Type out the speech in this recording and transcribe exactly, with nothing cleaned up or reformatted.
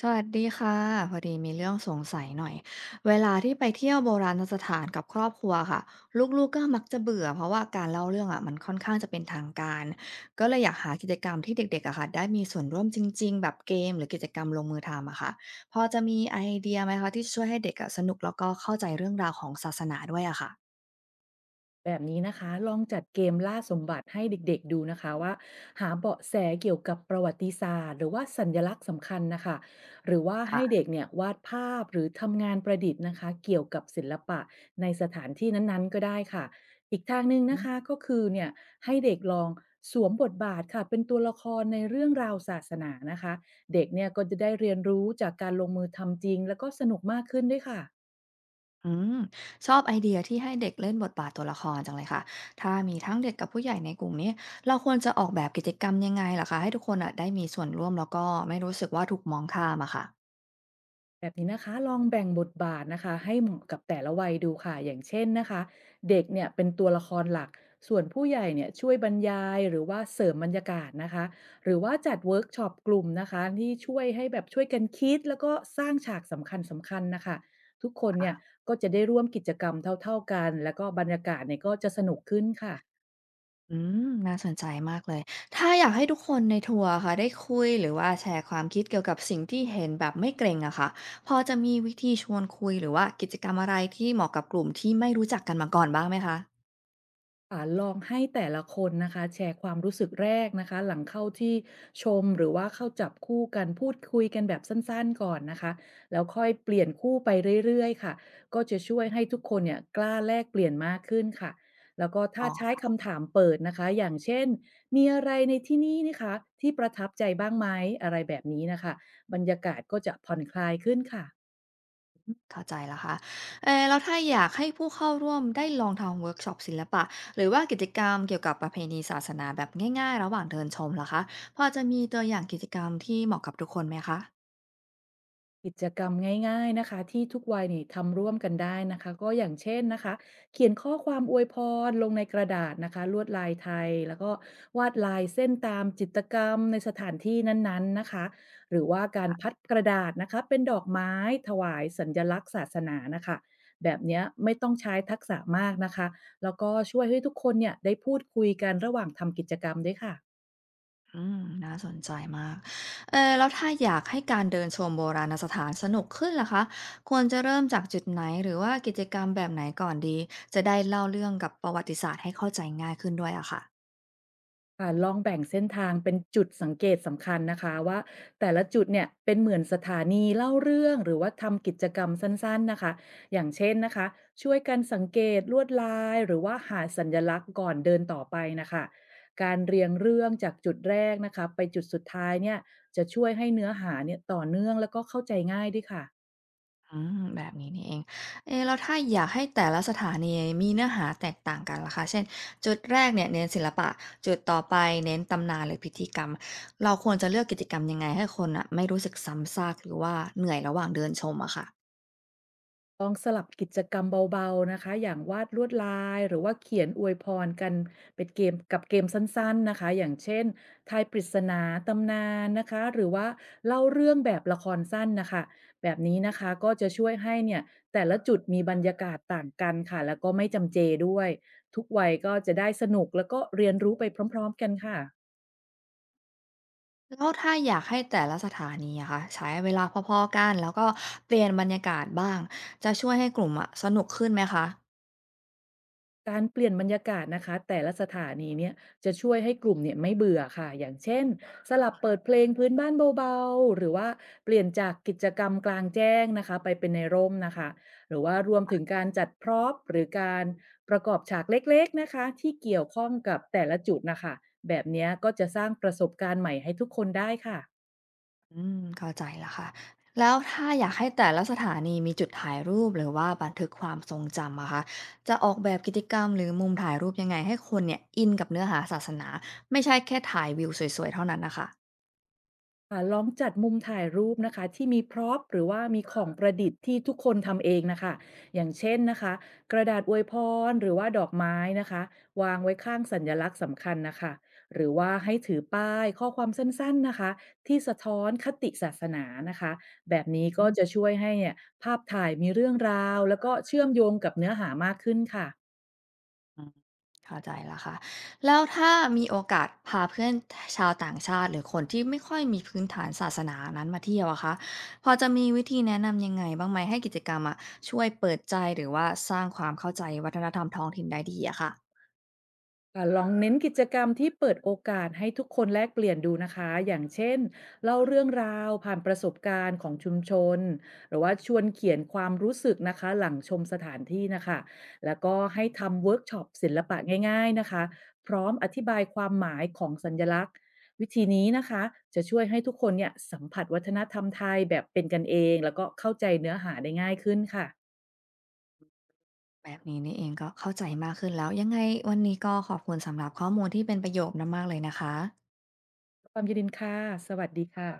สวัสดีค่ะพอดีมีเรื่องสงสัยหน่อยเวลาที่ไปเที่ยวโบราณสถานกับครอบครัวค่ะลูกๆก็มักจะเบื่อเพราะว่าการเล่าเรื่องอ่ะมันค่อนข้างจะเป็นทางการก็เลยอยากหากิจกรรมที่เด็กๆอะค่ะได้มีส่วนร่วมจริงๆแบบเกมหรือกิจกรรมลงมือทำอะค่ะพอจะมีไอเดียไหมคะที่ช่วยให้เด็กอะสนุกแล้วก็เข้าใจเรื่องราวของศาสนาด้วยอะค่ะแบบนี้นะคะลองจัดเกมล่าสมบัติให้เด็กๆดูนะคะว่าหาเบาะแสเกี่ยวกับประวัติศาสตร์หรือว่าสัญลักษณ์สำคัญนะคะหรือว่าค่ะ ให้เด็กเนี่ยวาดภาพหรือทำงานประดิษฐ์นะคะเกี่ยวกับศิลปะในสถานที่นั้นๆก็ได้ค่ะอีกทางหนึ่งนะคะก็คือเนี่ยให้เด็กลองสวมบทบาทค่ะเป็นตัวละครในเรื่องราวศาสนานะคะเด็กเนี่ยก็จะได้เรียนรู้จากการลงมือทำจริงแล้วก็สนุกมากขึ้นด้วยค่ะ อืมชอบไอเดียที่ให้เด็กเล่นบทบาทตัวละครจังเลยค่ะถ้ามีทั้งเด็กกับผู้ใหญ่ในกลุ่มนี้เราควรจะออกแบบกิจกรรมยังไงล่ะคะให้ทุกคนอ่ะได้มีส่วนร่วมแล้วก็ไม่รู้สึกว่าถูกมองข้ามอะค่ะแบบนี้นะคะลองแบ่งบทบาทนะคะให้เหมาะกับแต่ละวัยดูค่ะอย่างเช่นนะคะเด็กเนี่ยเป็นตัวละครหลักส่วนผู้ใหญ่เนี่ยช่วยบรรยายหรือว่าเสริมบรรยากาศนะคะหรือว่าจัดเวิร์กช็อปกลุ่มนะคะที่ช่วยให้แบบช่วยกันคิดแล้วก็สร้างฉากสำคัญสำคัญนะคะทุกคนเนี่ยค่ะก็จะได้ร่วมกิจกรรมเท่าๆกันแล้วก็บรรยากาศเนี่ยก็จะสนุกขึ้นค่ะ อืมน่าสนใจมากเลยถ้าอยากให้ทุกคนในทัวร์ค่ะได้คุยหรือว่าแชร์ความคิดเกี่ยวกับสิ่งที่เห็นแบบไม่เกรงอะค่ะพอจะมีวิธีชวนคุยหรือว่ากิจกรรมอะไรที่เหมาะกับกลุ่มที่ไม่รู้จักกันมาก่อนบ้างไหมคะอ่าลองให้แต่ละคนนะคะแชร์ความรู้สึกแรกนะคะหลังเข้าที่ชมหรือว่าเข้าจับคู่กันพูดคุยกันแบบสั้นๆก่อนนะคะแล้วค่อยเปลี่ยนคู่ไปเรื่อยๆค่ะก็จะช่วยให้ทุกคนเนี่ยกล้าแลกเปลี่ยนมากขึ้นค่ะแล้วก็ถ้าอ๋ใช้อ คำถามเปิดนะคะอย่างเช่นมีอะไรในที่นี้นะคะที่ประทับใจบ้างไหมอะไรแบบนี้นะคะบรรยากาศก็จะผ่อนคลายขึ้นค่ะ เข้าใจแล้วค่ะเอ่อแล้วถ้าอยากให้ผู้เข้าร่วมได้ลองทำเวิร์กช็อปศิลปะหรือว่ากิจกรรมเกี่ยวกับประเพณีศาสนาแบบง่ายๆระหว่างเดินชมล่ะคะพอจะมีตัวอย่างกิจกรรมที่เหมาะกับทุกคนไหมคะกิจกรรมง่ายๆนะคะที่ทุกวัยนี่ทำร่วมกันได้นะคะก็อย่างเช่นนะคะเขียนข้อความอวยพรลงในกระดาษนะคะลวดลายไทยแล้วก็วาดลายเส้นตามจิตรกรรมในสถานที่นั้นๆนะคะหรือว่าการพัดกระดาษนะคะเป็นดอกไม้ถวายสัญลักษณ์ศาสนานะคะแบบเนี้ยไม่ต้องใช้ทักษะมากนะคะแล้วก็ช่วยให้ทุกคนเนี่ยได้พูดคุยกันระหว่างทำกิจกรรมด้วยค่ะ อืมน่าสนใจมากเอ่อแล้วถ้าอยากให้การเดินชมโบราณสถานสนุกขึ้นล่ะคะควรจะเริ่มจากจุดไหนหรือว่ากิจกรรมแบบไหนก่อนดี จะได้เล่าเรื่องกับประวัติศาสตร์ให้เข้าใจง่ายขึ้นด้วยอะค่ะ ค่ะลองแบ่งเส้นทางเป็นจุดสังเกตสำคัญนะคะว่าแต่ละจุดเนี่ยเป็นเหมือนสถานีเล่าเรื่องหรือว่าทำกิจกรรมสั้นๆนะคะอย่างเช่นนะคะช่วยกันสังเกตลวดลายหรือว่าหาสัญลักษณ์ก่อนเดินต่อไปนะคะการเรียงเรื่องจากจุดแรกนะคะไปจุดสุดท้ายเนี่ยจะช่วยให้เนื้อหาเนี่ยต่อเนื่องแล้วก็เข้าใจง่ายด้วยค่ะ อืมแบบนี้นี่เองเอ๊ะแล้วถ้าอยากให้แต่ละสถานีมีเนื้อหาแตกต่างกันล่ะคะเช่นจุดแรกเนี่ยเน้นศิลปะจุดต่อไปเน้นตำนานหรือพิธีกรรมเราควรจะเลือกกิจกรรมยังไงให้คนน่ะไม่รู้สึกซ้ำซากหรือว่าเหนื่อยระหว่างเดินชมอะค่ะลองสลับกิจกรรมเบาๆนะคะอย่างวาดลวดลายหรือว่าเขียนอวยพรกันเป็นเกมกับเกมสั้นๆนะคะอย่างเช่นทายปริศนาตำนานนะคะหรือว่าเล่าเรื่องแบบละครสั้นนะคะแบบนี้นะคะก็จะช่วยให้เนี่ยแต่ละจุดมีบรรยากาศต่างกันค่ะแล้วก็ไม่จำเจด้วยทุกวัยก็จะได้สนุกแล้วก็เรียนรู้ไปพร้อมๆกันค่ะ แล้วถ้าอยากให้แต่ละสถานีอะค่ะใช้เวลาพอๆกันแล้วก็เปลี่ยนบรรยากาศบ้างจะช่วยให้กลุ่มอะสนุกขึ้นไหมคะ การเปลี่ยนบรรยากาศนะคะแต่ละสถานีเนี่ยจะช่วยให้กลุ่มเนี่ยไม่เบื่อค่ะอย่างเช่นสลับเปิดเพลงพื้นบ้านเบาๆหรือว่าเปลี่ยนจากกิจกรรมกลางแจ้งนะคะไปเป็นในร่มนะคะหรือว่ารวมถึงการจัดพร็อพหรือการประกอบฉากเล็กๆนะคะที่เกี่ยวข้องกับแต่ละจุดนะคะแบบเนี้ยก็จะสร้างประสบการณ์ใหม่ให้ทุกคนได้ค่ะ อืมเข้าใจแล้วค่ะ แล้วถ้าอยากให้แต่ละสถานีมีจุดถ่ายรูปหรือว่าบันทึกความทรงจำอะคะจะออกแบบกิจกรรมหรือมุมถ่ายรูปยังไงให้คนเนี่ยอินกับเนื้อหาศาสนาไม่ใช่แค่ถ่ายวิวสวยๆเท่านั้นน่ะค่ะค่ะลองจัดมุมถ่ายรูปนะคะที่มีพร็อพหรือว่ามีของประดิษฐ์ที่ทุกคนทำเองนะคะอย่างเช่นนะคะกระดาษอวยพรหรือว่าดอกไม้นะคะวางไว้ข้างสัญลักษณ์สำคัญนะคะหรือว่าให้ถือป้ายข้อความสั้นๆนะคะที่สะท้อนคติศาสนานะคะแบบนี้อืก็จะมช่วยให้เนี่ยภาพถ่ายมีเรื่องราวแล้วก็เชื่อมโยงกับเนื้อหามากขึ้นค่ะ อืมเข้าใจแล้วค่ะ แล้วถ้ามีโอกาสพาเพื่อนชาวต่างชาติหรือคนที่ไม่ค่อยมีพื้นฐานศาสนานั้นมาเที่ยวอะคะพอจะมีวิธีแนะนำยังไงบ้างไหมให้กิจกรรมอะช่วยเปิดใจหรือว่าสร้างความเข้าใจวัฒนธรรมท้องถิ่นได้ดีอะค่ะ ค่ะลองเน้นกิจกรรมที่เปิดโอกาสให้ทุกคนแลกเปลี่ยนดูนะคะ อย่างเช่นเล่าเรื่องราวผ่านประสบการณ์ของชุมชนหรือว่าชวนเขียนความรู้สึกนะคะหลังชมสถานที่นะคะ แล้วก็ให้ทำเวิร์กช็อปศิลปะง่ายๆนะคะ พร้อมอธิบายความหมายของสัญลักษณ์วิธีนี้นะคะจะช่วยให้ทุกคนเนี่ยสัมผัสวัฒนธรรมไทยแบบเป็นกันเองแล้วก็เข้าใจเนื้อหาได้ง่ายขึ้นค่ะแบบนี้นี่เองก็เข้าใจมากขึ้นแล้วยังไงวันนี้ก็ขอบคุณสำหรับข้อมูลที่เป็นประโยชน์มากๆเลยนะคะความยินดีค่ะสวัสดีค่ะ